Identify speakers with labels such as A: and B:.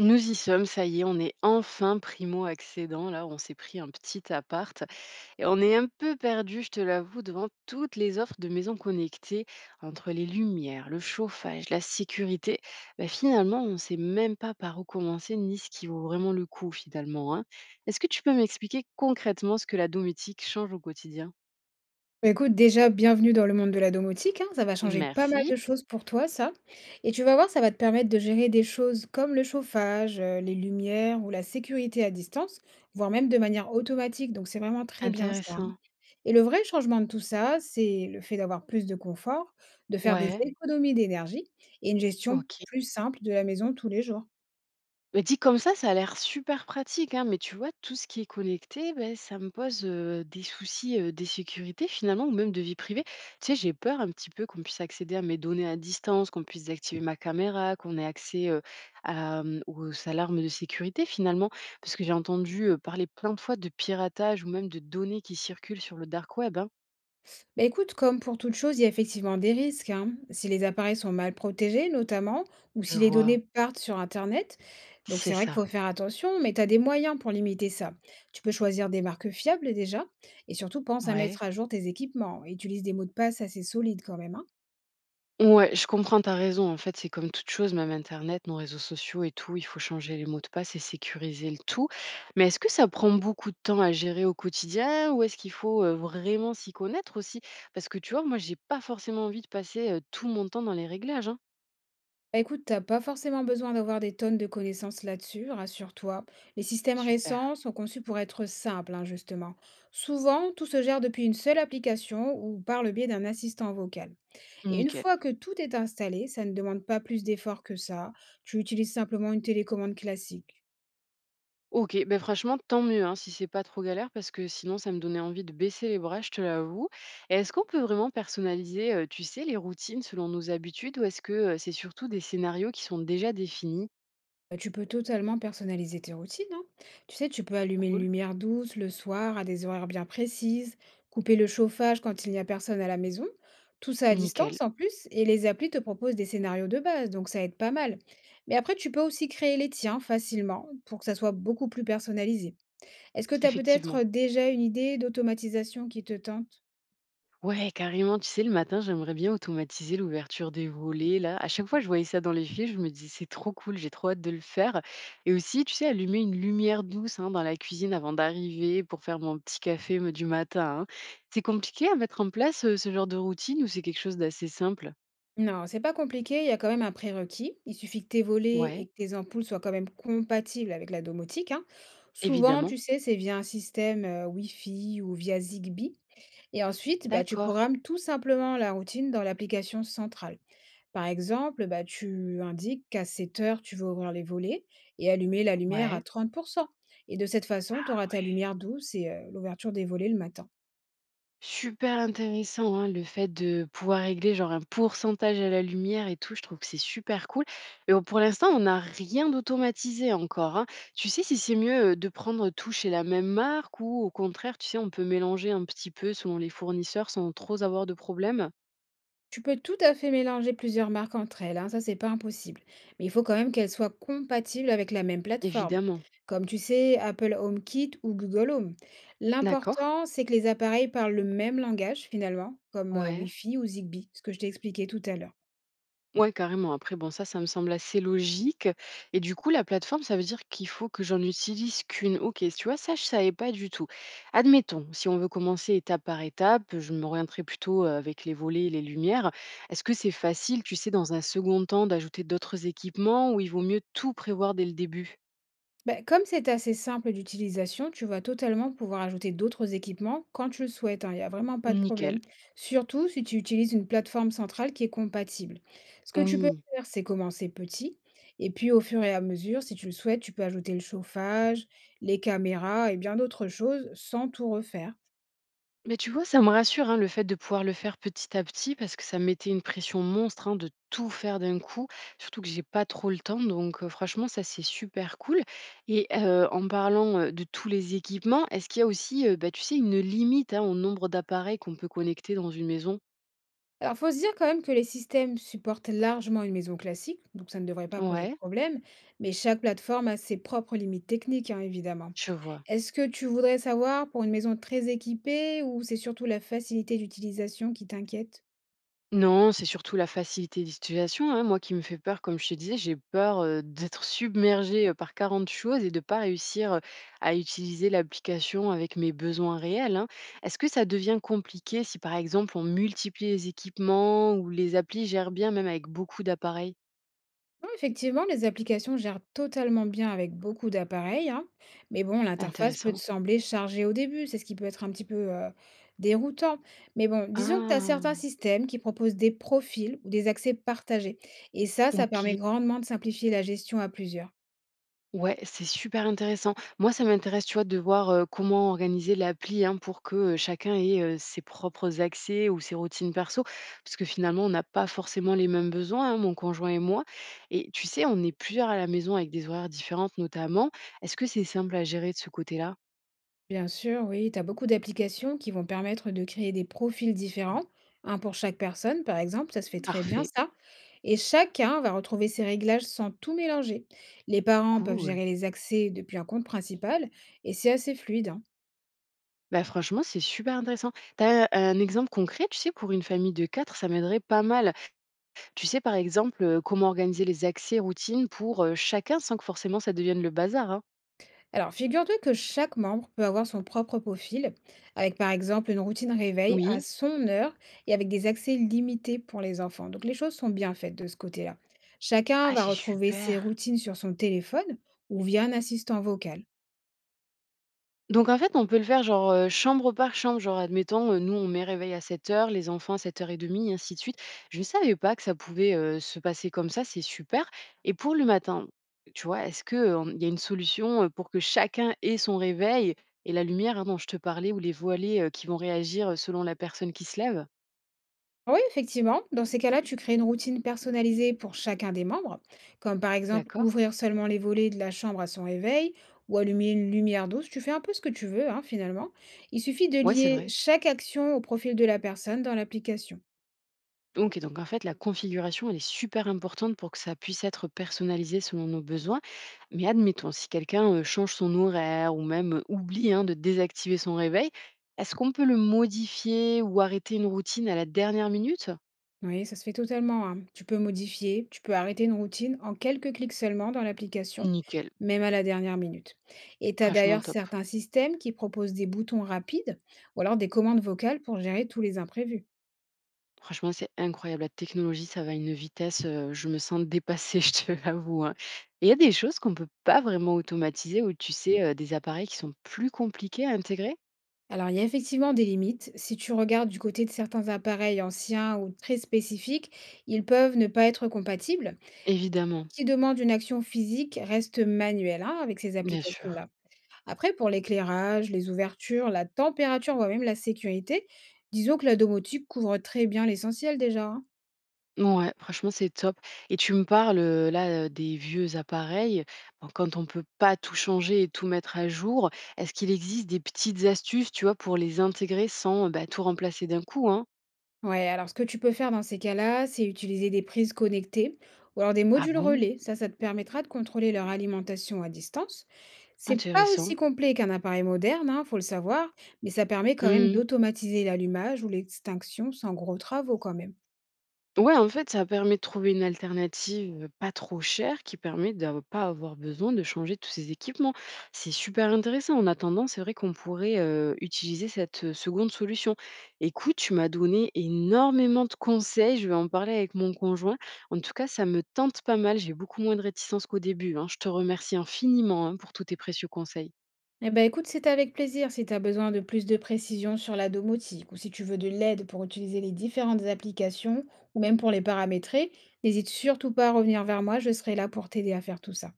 A: Nous y sommes, ça y est, on est enfin primo accédant. Là, on s'est pris un petit appart et on est un peu perdu, je te l'avoue, devant toutes les offres de maisons connectées, entre les lumières, le chauffage, la sécurité. Bah, finalement, on ne sait même pas par où commencer ni ce qui vaut vraiment le coup, finalement, hein. Est-ce que tu peux m'expliquer concrètement ce que la domotique change au quotidien?
B: Bah, écoute, déjà, bienvenue dans le monde de la domotique, hein. Ça va changer pas mal
A: Merci.
B: de choses pour toi, ça. Et tu vas voir, ça va te permettre de gérer des choses comme le chauffage, les lumières ou la sécurité à distance, voire même de manière automatique. Donc c'est vraiment très bien ça, hein.
A: Intéressant.
B: Et le vrai changement de tout ça, c'est le fait d'avoir plus de confort, de faire des
A: Ouais,
B: économies d'énergie et une gestion
A: ok.
B: plus simple de la maison tous les jours.
A: Bah, dit comme ça a l'air super pratique, hein, mais tu vois, tout ce qui est connecté, ben, ça me pose des soucis, des sécurités finalement, ou même de vie privée. Tu sais, j'ai peur un petit peu qu'on puisse accéder à mes données à distance, qu'on puisse désactiver ma caméra, qu'on ait accès, à, aux alarmes de sécurité finalement, parce que j'ai entendu parler plein de fois de piratage ou même de données qui circulent sur le dark web, hein.
B: Bah écoute, comme pour toute chose, il y a effectivement des risques, hein. Si les appareils sont mal protégés, notamment, ou
A: Je
B: si les
A: vois,
B: données partent sur Internet. Donc
A: c'est
B: c'est vrai qu'il
A: ça,
B: faut faire attention, mais tu as des moyens pour limiter ça. Tu peux choisir des marques fiables déjà, et surtout pense à
A: ouais.
B: mettre à jour tes équipements. Et utilise des mots de passe assez solides quand même, hein.
A: Ouais, je comprends, ta raison. En fait, c'est comme toute chose, même internet, nos réseaux sociaux et tout, il faut changer les mots de passe et sécuriser le tout. Mais est-ce que ça prend beaucoup de temps à gérer au quotidien ou est-ce qu'il faut vraiment s'y connaître aussi? Parce que tu vois, moi, j'ai pas forcément envie de passer tout mon temps dans les réglages, hein.
B: Bah écoute, t'as pas forcément besoin d'avoir des tonnes de connaissances là-dessus, rassure-toi. Les systèmes
A: Super.
B: récents sont conçus pour être simples, hein, justement. Souvent, tout se gère depuis une seule application ou par le biais d'un assistant vocal. Et une
A: Nickel.
B: fois que tout est installé, ça ne demande pas plus d'efforts que ça. Tu utilises simplement une télécommande classique.
A: Ok, ben franchement, tant mieux hein, si c'est pas trop galère parce que sinon ça me donnait envie de baisser les bras, je te l'avoue. Et est-ce qu'on peut vraiment personnaliser, tu sais, les routines selon nos habitudes ou est-ce que c'est surtout des scénarios qui sont déjà définis?
B: Bah, tu peux totalement personnaliser tes routines, hein. Tu sais, tu peux allumer une
A: Cool,
B: lumière douce le soir à des horaires bien précises, couper le chauffage quand il n'y a personne à la maison, tout ça à
A: nickel,
B: distance en plus, et les applis te proposent des scénarios de base, donc ça aide pas mal. Mais après, tu peux aussi créer les tiens facilement pour que ça soit beaucoup plus personnalisé. Est-ce que tu as
A: effectivement.
B: peut-être déjà une idée d'automatisation qui te tente?
A: Ouais, carrément, tu sais, le matin, j'aimerais bien automatiser l'ouverture des volets, là. À chaque fois, je voyais ça dans les films, je me disais, c'est trop cool, j'ai trop hâte de le faire. Et aussi, tu sais, allumer une lumière douce hein, dans la cuisine avant d'arriver pour faire mon petit café me, du matin, hein. C'est compliqué à mettre en place ce genre de routine ou c'est quelque chose d'assez simple?
B: Non, c'est pas compliqué, il y a quand même un prérequis. Il suffit que tes volets et
A: Ouais,
B: que tes ampoules soient quand même compatibles avec la domotique, hein. Souvent, tu
A: évidemment.
B: sais, c'est via un système Wi-Fi ou via Zigbee. Et ensuite, bah, tu
A: D'accord.
B: programmes tout simplement la routine dans l'application centrale. Par exemple, bah, tu indiques qu'à 7 heures, tu veux ouvrir les volets et allumer la lumière à
A: Ouais.
B: 30%. Et de cette façon, tu auras ta lumière douce et l'ouverture des volets le matin.
A: Super intéressant, hein, le fait de pouvoir régler genre un pourcentage à la lumière et tout, je trouve que c'est super cool. Et bon, pour l'instant, on n'a rien d'automatisé encore, hein. Tu sais si c'est mieux de prendre tout chez la même marque ou au contraire, tu sais, on peut mélanger un petit peu selon les fournisseurs sans trop avoir de problème?
B: Tu peux tout à fait mélanger plusieurs marques entre elles, hein, ça c'est pas impossible. Mais il faut quand même qu'elles soient compatibles avec la même plateforme,
A: Évidemment.
B: comme tu sais Apple HomeKit ou Google Home.
A: D'accord.
B: L'important, c'est que les appareils parlent le même langage finalement, comme
A: Ouais.
B: Wi-Fi ou Zigbee, ce que je t'ai expliqué tout à l'heure.
A: Ouais, carrément. Après, bon, ça me semble assez logique. Et du coup, la plateforme, ça veut dire qu'il faut que j'en utilise qu'une. Ok, tu vois, ça, je savais pas du tout. Admettons, si on veut commencer étape par étape, je m'orienterai plutôt avec les volets et les lumières. Est-ce que c'est facile, tu sais, dans un second temps, d'ajouter d'autres équipements ou il vaut mieux tout prévoir dès le début?
B: Bah, comme c'est assez simple d'utilisation, tu vas totalement pouvoir ajouter d'autres équipements quand tu le souhaites, hein, il n'y a vraiment pas de
A: Nickel.
B: problème. Surtout si tu utilises une plateforme centrale qui est compatible. Ce que tu peux
A: Oui.
B: faire, c'est commencer petit, et puis au fur et à mesure, si tu le souhaites, tu peux ajouter le chauffage, les caméras et bien d'autres choses sans tout refaire.
A: Mais tu vois, ça me rassure, hein, le fait de pouvoir le faire petit à petit, parce que ça me mettait une pression monstre, hein, de tout faire d'un coup, surtout que j'ai pas trop le temps. Donc, franchement, ça, c'est super cool. Et en parlant, de tous les équipements, est-ce qu'il y a aussi, bah, tu sais, une limite, hein, au nombre d'appareils qu'on peut connecter dans une maison?
B: Alors, faut se dire quand même que les systèmes supportent largement une maison classique, donc ça ne devrait pas poser de
A: Ouais,
B: problème, mais chaque plateforme a ses propres limites techniques, hein, évidemment.
A: je vois.
B: Est-ce que tu voudrais savoir pour une maison très équipée ou c'est surtout la facilité d'utilisation qui t'inquiète?
A: Non, c'est surtout la facilité d'utilisation, hein, moi qui me fait peur, comme je te disais, j'ai peur, d'être submergée, par 40 choses et de pas réussir, à utiliser l'application avec mes besoins réels, hein. Est-ce que ça devient compliqué si, par exemple, on multiplie les équipements ou les applis gèrent bien même avec beaucoup d'appareils?
B: Non, effectivement, les applications gèrent totalement bien avec beaucoup d'appareils, hein. Mais bon, l'interface peut te
A: Intéressant.
B: sembler chargée au début, c'est ce qui peut être un petit peu déroutant. Mais bon, disons que tu as certains
A: Ah!
B: systèmes qui proposent des profils ou des accès partagés. Et ça permet
A: OK.
B: grandement de simplifier la gestion à plusieurs.
A: Ouais, c'est super intéressant. Moi, ça m'intéresse, tu vois, de voir comment organiser l'appli hein, pour que chacun ait ses propres accès ou ses routines perso, parce que finalement, on n'a pas forcément les mêmes besoins, hein, mon conjoint et moi. Et tu sais, on est plusieurs à la maison avec des horaires différentes notamment. Est-ce que c'est simple à gérer de ce côté-là?
B: Bien sûr, oui, tu as beaucoup d'applications qui vont permettre de créer des profils différents. Un pour chaque personne, par exemple, ça se fait très bien
A: Parfait,
B: ça. Et chacun va retrouver ses réglages sans tout mélanger. Les parents peuvent
A: cool.
B: gérer les accès depuis un compte principal et c'est assez fluide, hein.
A: Bah franchement, c'est super intéressant. T'as un exemple concret, tu sais, pour une famille de quatre, ça m'aiderait pas mal. Tu sais, par exemple, comment organiser les accès routines pour, chacun sans que forcément ça devienne le bazar, hein?
B: Alors, figure-toi que chaque membre peut avoir son propre profil, avec par exemple une routine réveil à
A: Oui.
B: son heure et avec des accès limités pour les enfants. Donc, les choses sont bien faites de ce côté-là. Chacun
A: Ah,
B: va
A: c'est
B: retrouver ses
A: super.
B: routines sur son téléphone ou via un assistant vocal.
A: Donc en fait, on peut le faire genre, chambre par chambre, genre admettons, nous on met réveil à 7h, les enfants à 7h et ainsi de suite. Je ne savais pas que ça pouvait, se passer comme ça, c'est super et pour le matin, tu vois, est-ce que, il y a une solution, pour que chacun ait son réveil et la lumière, hein, dont je te parlais ou les voilées, qui vont réagir, selon la personne qui se lève?
B: Oui, effectivement. Dans ces cas-là, tu crées une routine personnalisée pour chacun des membres, comme par exemple
A: D'accord.
B: ouvrir seulement les volets de la chambre à son réveil ou allumer une lumière douce. Tu fais un peu ce que tu veux, hein, finalement. Il suffit de
A: Ouais, c'est
B: lier
A: vrai.
B: chaque action au profil de la personne dans l'application.
A: OK, donc en fait, la configuration, elle est super importante pour que ça puisse être personnalisé selon nos besoins. Mais admettons, si quelqu'un change son horaire ou même oublie hein, de désactiver son réveil, est-ce qu'on peut le modifier ou arrêter une routine à la dernière minute?
B: Oui, ça se fait totalement, hein. Tu peux modifier, tu peux arrêter une routine en quelques clics seulement dans l'application,
A: Nickel,
B: même à la dernière minute. Et tu as
A: franchement
B: d'ailleurs
A: top.
B: certains systèmes qui proposent des boutons rapides ou alors des commandes vocales pour gérer tous les imprévus.
A: Franchement, c'est incroyable. La technologie, ça va à une vitesse. Je me sens dépassée, je te l'avoue, hein. Et il y a des choses qu'on ne peut pas vraiment automatiser ou tu sais, des appareils qui sont plus compliqués à intégrer?
B: Alors, il y a effectivement des limites. Si tu regardes du côté de certains appareils anciens ou très spécifiques, ils peuvent ne pas être compatibles.
A: Évidemment,
B: Ce qui demande une action physique reste manuel hein, avec ces
A: bien sûr.
B: applications-là. Après, pour l'éclairage, les ouvertures, la température, voire même la sécurité, disons que la domotique couvre très bien l'essentiel déjà, hein.
A: Ouais franchement, c'est top et tu me parles, là, des vieux appareils. Bon, quand on ne peut pas tout changer et tout mettre à jour, est-ce qu'il existe des petites astuces, tu vois, pour les intégrer sans, bah, tout remplacer d'un coup, hein?
B: Ouais, alors ce que tu peux faire dans ces cas-là, c'est utiliser des prises connectées ou alors des
A: Ah
B: modules
A: bon?
B: relais. Ça te permettra de contrôler leur alimentation à distance. C'est pas
A: Intéressant.
B: aussi complet qu'un appareil moderne, hein, faut le savoir, mais ça permet quand même
A: Mmh.
B: d'automatiser l'allumage ou l'extinction sans gros travaux quand même.
A: Ouais, en fait, ça permet de trouver une alternative, pas trop chère qui permet d'av pas avoir besoin de changer tous ces équipements. C'est super intéressant. En attendant, c'est vrai qu'on pourrait, utiliser cette, seconde solution. Écoute, tu m'as donné énormément de conseils, je vais en parler avec mon conjoint. En tout cas, ça me tente pas mal, j'ai beaucoup moins de réticence qu'au début, hein. Je te remercie infiniment, hein, pour tous tes précieux conseils.
B: Eh ben écoute, c'est avec plaisir si tu as besoin de plus de précision sur la domotique ou si tu veux de l'aide pour utiliser les différentes applications ou même pour les paramétrer, n'hésite surtout pas à revenir vers moi, je serai là pour t'aider à faire tout ça.